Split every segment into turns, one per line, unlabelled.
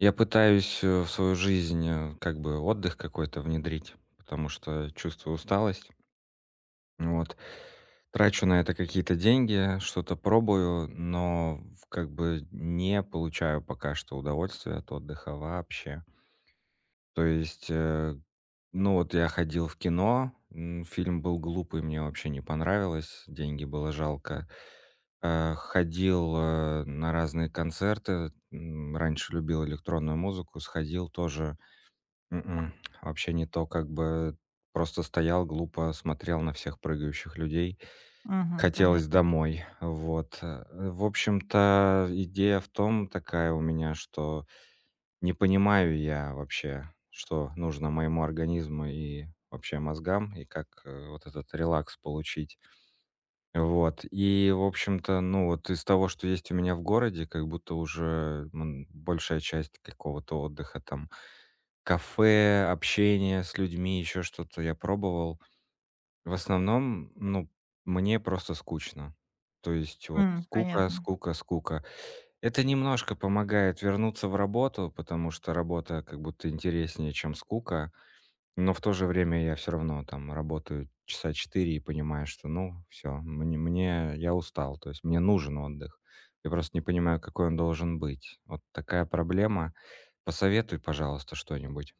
Я пытаюсь, в свою жизнь, как бы отдых какой-то внедрить, потому что чувствую усталость. Вот. Трачу на это какие-то деньги, что-то пробую, но в как бы не получаю пока что удовольствия от отдыха вообще. То есть, ну вот я ходил в кино, фильм был глупый, мне вообще не понравилось, деньги было жалко. Ходил, на разные концерты, раньше любил электронную музыку, сходил тоже м вообще не то, как бы просто стоял, глупо смотрел на всех прыгающих людей.
Мгм.
Хотелось
Понятно.
домой, вот. В общем-то, идея в том такая у меня, что не понимаю я вообще, что нужно моему организму и вообще мозгам, и как, вот этот релакс получить. Вот, и, в общем-то, ну, вот из того, что есть у меня в городе, как будто уже, большая часть какого-то отдыха там кафе, общение с людьми, еще что-то я пробовал. В основном, ну, мне просто скучно. То есть вот скука,
Понятно.
скука, скука. Это немножко помогает вернуться в работу, потому что работа как будто интереснее, чем скука. Но в то же время я все равно там работаю часа 4 и понимаю, что ну все, я устал, то есть мне нужен отдых. Я просто не понимаю, какой он должен быть. Вот такая проблема. Посоветуй, пожалуйста, что-нибудь.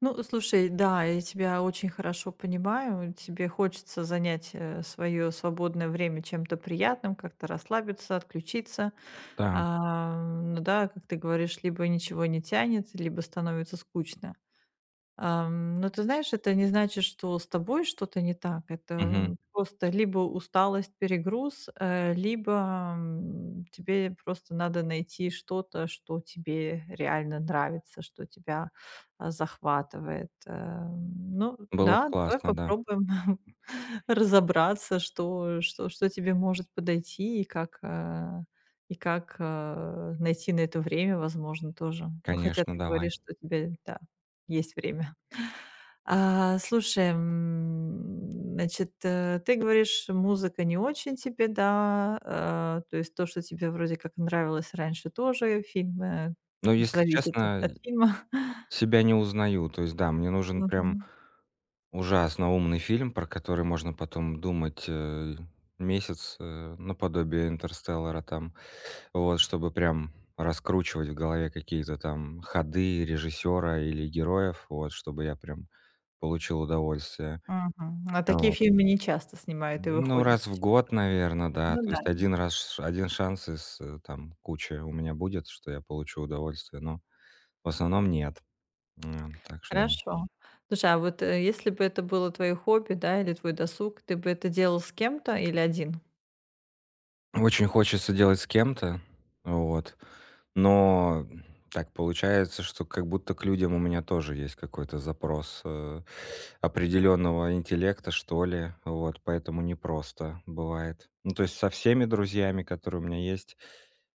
Ну, слушай, да, я тебя очень хорошо понимаю. Тебе хочется занять свое свободное время чем-то приятным, как-то расслабиться, отключиться.
Да.
Ну да, как ты говоришь, либо ничего не тянет, либо становится скучно. Но ты знаешь, это не значит, что с тобой что-то не так.
Мгм.
Это просто либо усталость, перегруз, либо, тебе просто надо найти что-то, что тебе реально нравится, что тебя, захватывает. Ну
Было б
да, давай
классно, да.
попробуем разобраться, что тебе может подойти и как найти на это время, возможно, тоже. Ну, хотя
Конечно,
ты
давай.
говоришь, что у тебя, да, есть время. Слушай, значит, ты говоришь, музыка не очень тебе, да, то есть то, что тебе вроде как нравилось раньше, тоже фильмы
Но, если
зависит от
честно,
от фильма.
себя не узнаю. То есть, да, мне нужен прям
Мгм.
ужасно умный фильм, про который можно потом думать, месяц, наподобие "Интерстеллара" там. Вот, чтобы прям раскручивать в голове какие-то там ходы режиссера или героев, вот, чтобы я прям получил удовольствие.
Мгм. А
А
такие
вот.
фильмы не часто снимают и
Ну,
выходят.
раз в год, наверное, да.
Ну
То
да,
есть один шанс из, там кучи у меня будет, что я получу удовольствие, но в основном нет. Так что да.
хорошо. Слушай, а вот, если бы это было твоё хобби, да, или твой досуг, ты бы это делал с кем-то или один?
Очень хочется делать с кем-то, вот, но так получается, что как будто к людям у меня тоже есть какой-то запрос, определенного интеллекта, что ли, вот, поэтому непросто бывает. Ну, то есть со всеми друзьями, которые у меня есть,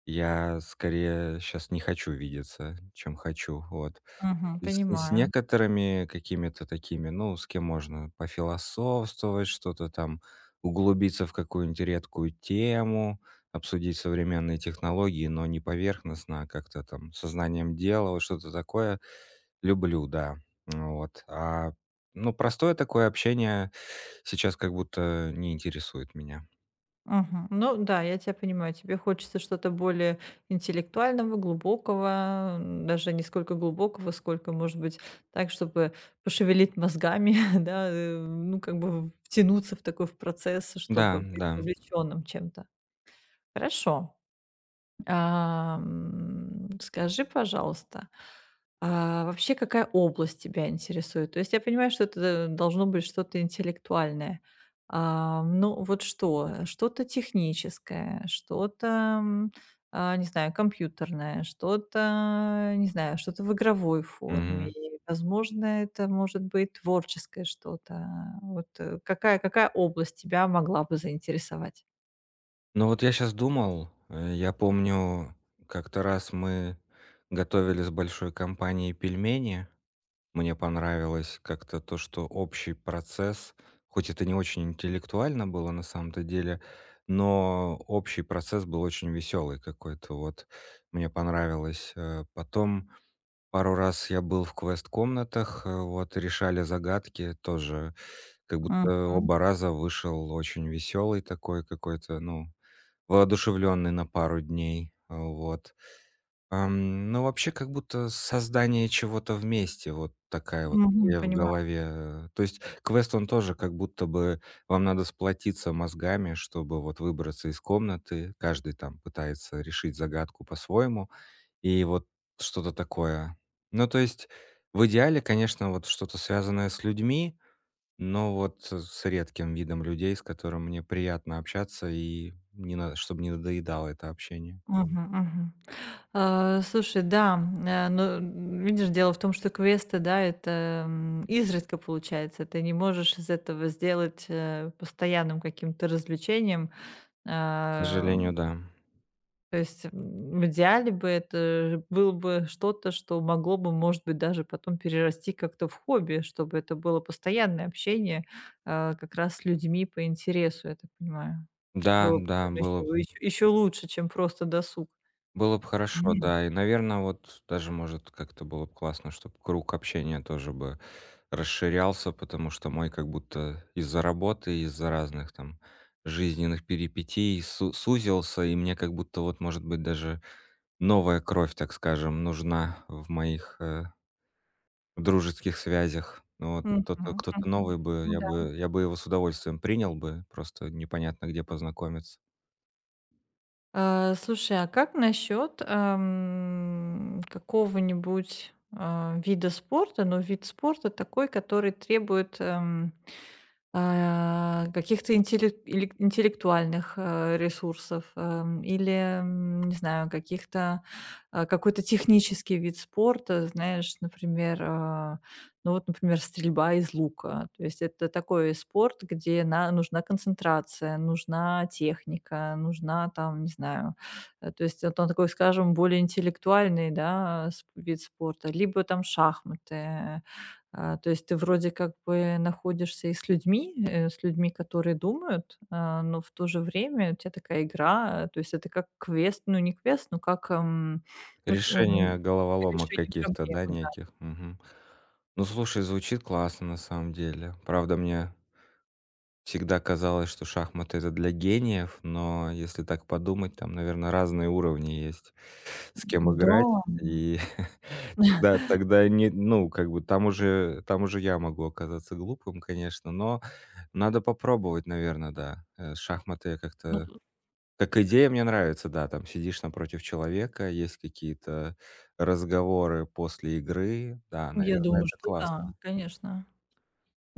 я скорее сейчас не хочу видеться, чем хочу, вот.
Мгм.
С
Понимаю.
некоторыми какими-то такими, ну, с кем можно пофилософствовать, что-то там, углубиться в какую-нибудь редкую тему, обсудить современные технологии, но не поверхностно, а как-то там сознанием дела, вот что-то такое. Люблю, да. Ну вот. Ну, простое такое общение сейчас как будто не интересует меня.
Мгм. Ну да, я тебя понимаю. Тебе хочется что-то более интеллектуального, глубокого, даже не сколько глубокого, сколько, может быть, так, чтобы пошевелить мозгами, да, ну, как бы втянуться в такой в процесс,
Да,
чтобы быть
да.
увлеченным чем-то. Хорошо. Скажи, пожалуйста, а вообще какая область тебя интересует? То есть я понимаю, что это должно быть что-то интеллектуальное. Ну вот что? Что-то техническое, что-то, м, не знаю, компьютерное, что-то, не знаю, что-то в игровой форме.
Мгм.
И, возможно, это может быть творческое что-то. Вот какая область тебя могла бы заинтересовать?
Ну вот я сейчас думал, я помню, как-то раз мы готовили с большой компанией пельмени. Мне понравилось как-то то, что общий процесс, хоть это не очень интеллектуально было на самом-то деле, но общий процесс был очень веселый какой-то, вот. Мне понравилось. Потом пару раз я был в квест-комнатах, вот, решали загадки тоже. Как
Мгм.
будто оба раза вышел очень веселый такой какой-то, ну, воодушевленный на пару дней. Вот. Ну, вообще, как будто создание чего-то вместе. Вот такая вот
Мгм.
идея в
Понимаю.
голове. То есть квест, он тоже как будто бы вам надо сплотиться мозгами, чтобы вот выбраться из комнаты. Каждый там пытается решить загадку по-своему. И вот что-то такое. Ну, то есть в идеале, конечно, вот что-то связанное с людьми, но вот с редким видом людей, с которым мне приятно общаться и не на чтобы не надоедало это общение.
Мгм, мгм. Слушай, да, но, видишь, дело в том, что квесты, да, это изредка получается. Ты не можешь из этого сделать постоянным каким-то развлечением.
К
А,
сожалению, да.
То есть, в идеале бы это было бы что-то, что могло бы, может быть, даже потом перерасти как-то в хобби, чтобы это было постоянное общение, как раз с людьми по интересу, я так понимаю.
Да,
Было бы
да,
еще лучше, чем просто досуг.
было б хорошо,
Мгм.
да. И, наверное вот даже, может, как-то было бы классно, чтобы круг общения тоже бы расширялся, потому что мой как будто из-за работы, из-за разных там жизненных перипетий су сузился, и мне как будто вот, может быть, даже новая кровь, так скажем, нужна в моих, в дружеских связях. Ну вот
Мгм,
кто-то
мгм.
новый бы,
Ну да.
я бы его с удовольствием принял бы, просто непонятно, где познакомиться.
Слушай, а как насчет, какого-нибудь, вида спорта, но вид спорта такой, который требует, каких-то интеллектуальных, ресурсов, или, не знаю, каких-то, какой-то технический вид спорта, знаешь, например, ну вот, например, стрельба из лука. То есть это такой спорт, где на нужна концентрация, нужна техника, нужна там, не знаю, то есть это он такой, скажем, более интеллектуальный, да, сп вид спорта. Либо там шахматы, то есть ты вроде как бы находишься и с людьми, с людьми, которые думают, но в то же время у тебя такая игра, то есть это как квест, ну, не квест, но как, ну, м,
Решение головоломок
решение
каких-то, да,
проблемы, да.
неких. Мгм. Ну, слушай, звучит классно на самом деле. Правда, мне всегда казалось, что это для гениев, но если так подумать, там, наверное разные уровни есть, с кем
Да,
играть. И тогда не ну, как бы там уже я могу оказаться глупым, конечно, но надо попробовать, наверное, да. Шахматы я
ну,
как-то как идея мне нравится, да. Там сидишь напротив человека, есть какие-то разговоры после игры. Да,
я
наверное,
думаю,
это
что да,
классно.
конечно.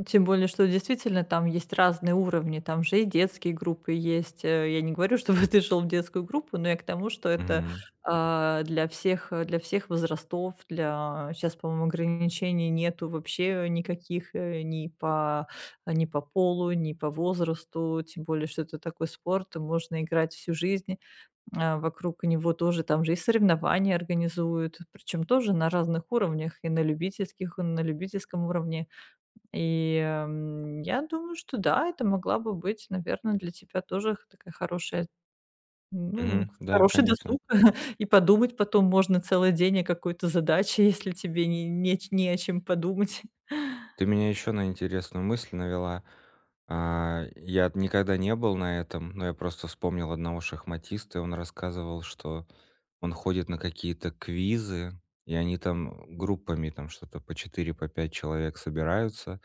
Тем более, что действительно там есть разные уровни, там же и детские группы есть. Я не говорю, чтобы ты шел в детскую группу, но я к тому, что это,
Мгм.
для всех возрастов, для сейчас, по-моему, ограничений нету вообще никаких, ни по полу, ни по возрасту. Тем более, что это такой спорт, и можно играть всю жизнь. Вокруг него тоже, там же и соревнования организуют, причем тоже на разных уровнях, и на любительских, и на любительском уровне. И, я думаю, что да, это могла бы быть, наверное, для тебя тоже х такая
Мгм. Да,
хороший
конечно.
досуг. И подумать потом можно целый день о какой-то задаче, если тебе не о чем подумать.
Ты меня еще на интересную мысль навела. Я никогда не был на этом, но я просто вспомнил одного шахматиста, и он рассказывал, что он ходит на какие-то квизы, и они там группами, там что-то по 4, по 5 человек собираются.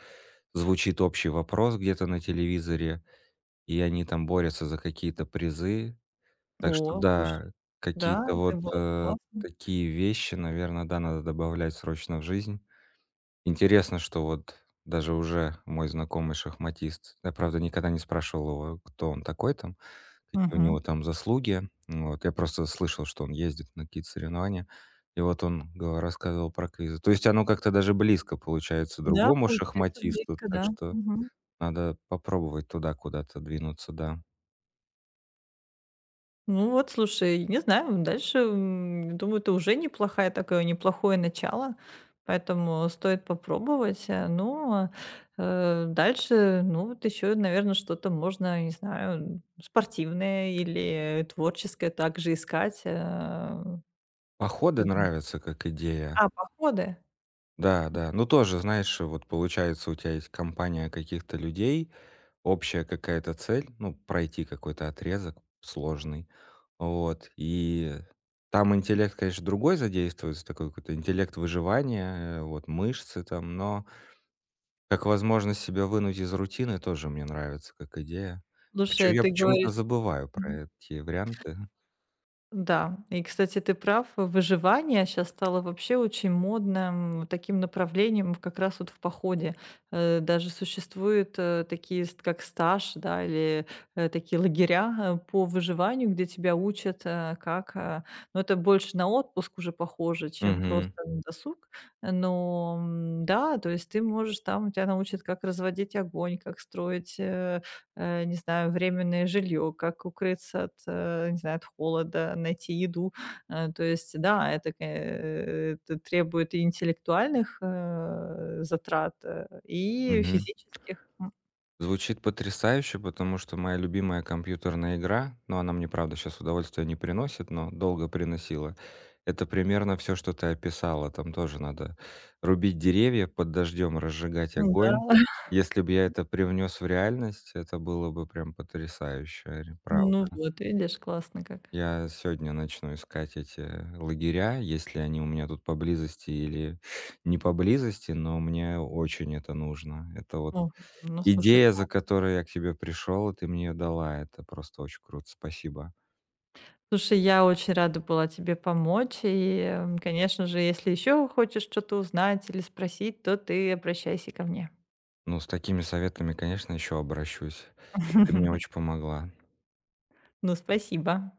Звучит общий вопрос где-то на телевизоре, и они там борются за какие-то призы. Так что
О, слушай,
да,
да,
какие-то
это
вот,
было бы
э,
классно.
такие вещи, наверное, да, надо добавлять срочно в жизнь. Интересно, что вот даже уже мой знакомый шахматист, я, правда, никогда не спрашивал его, кто он такой там, какие у
Мгм.
него там заслуги. Вот, я просто слышал, что он ездит на какие-то соревнования. И вот он го рассказывал про квизы. То есть оно как-то даже близко получается
Да,
другому
получается
шахматисту,
близко,
так
да.
что надо попробовать туда куда-то двинуться, да.
Ну вот, слушай, не знаю, дальше, думаю, это уже неплохая такое неплохое начало, поэтому стоит попробовать. Ну, дальше, ну, вот еще, наверное, что-то можно, не знаю, спортивное или творческое также искать.
Походы
Как бы.
нравятся как идея.
Походы?
Да, да. Ну, тоже, знаешь, вот получается, у тебя есть компания каких-то людей, общая какая-то цель, ну, пройти какой-то отрезок сложный. Вот. И там интеллект, конечно, другой задействуется, такой какой-то интеллект выживания, вот мышцы там, но как возможность себя вынуть из рутины тоже мне нравится как идея.
Слушай,
Я
ты
почему-то
говоришь.
забываю про эти варианты.
Да, и, кстати, ты прав, выживание сейчас стало вообще очень модным таким направлением как раз вот в походе. Даже существуют, такие, ст как стаж, да, или, такие лагеря, по выживанию, где тебя учат, как. Ну, это больше на отпуск уже похоже, чем просто
Мгм.
на досуг. Но, да, то есть ты можешь там, тебя научат, как разводить огонь, как строить, не знаю, временное жилье, как укрыться от, не знаю, от холода, найти еду. То есть, да, это требует и интеллектуальных затрат, и
Мгм.
физических.
Звучит потрясающе, потому что моя любимая компьютерная игра, но она мне, правда, сейчас удовольствия не приносит, но долго приносила. Это примерно все, что ты описала. Там тоже надо рубить деревья под дождем, разжигать
Да,
огонь. Если бы я это привнес в реальность, это было бы прям потрясающе,
ну
правда.
вот, видишь, классно как.
Я сегодня начну искать эти лагеря, если они у меня тут поблизости или не поблизости, но мне очень это нужно. Это вот
Ну, ну, слушай,
идея, за
класс.
которой я к тебе пришел, и ты мне ее дала, это просто очень круто, спасибо.
Слушай, я очень рада была тебе помочь. И, конечно же, если еще хочешь что-то узнать или спросить, то ты обращайся ко мне.
Ну, с такими советами, конечно, еще обращусь. Ты мне очень помогла.
Ну, спасибо.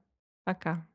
Пока.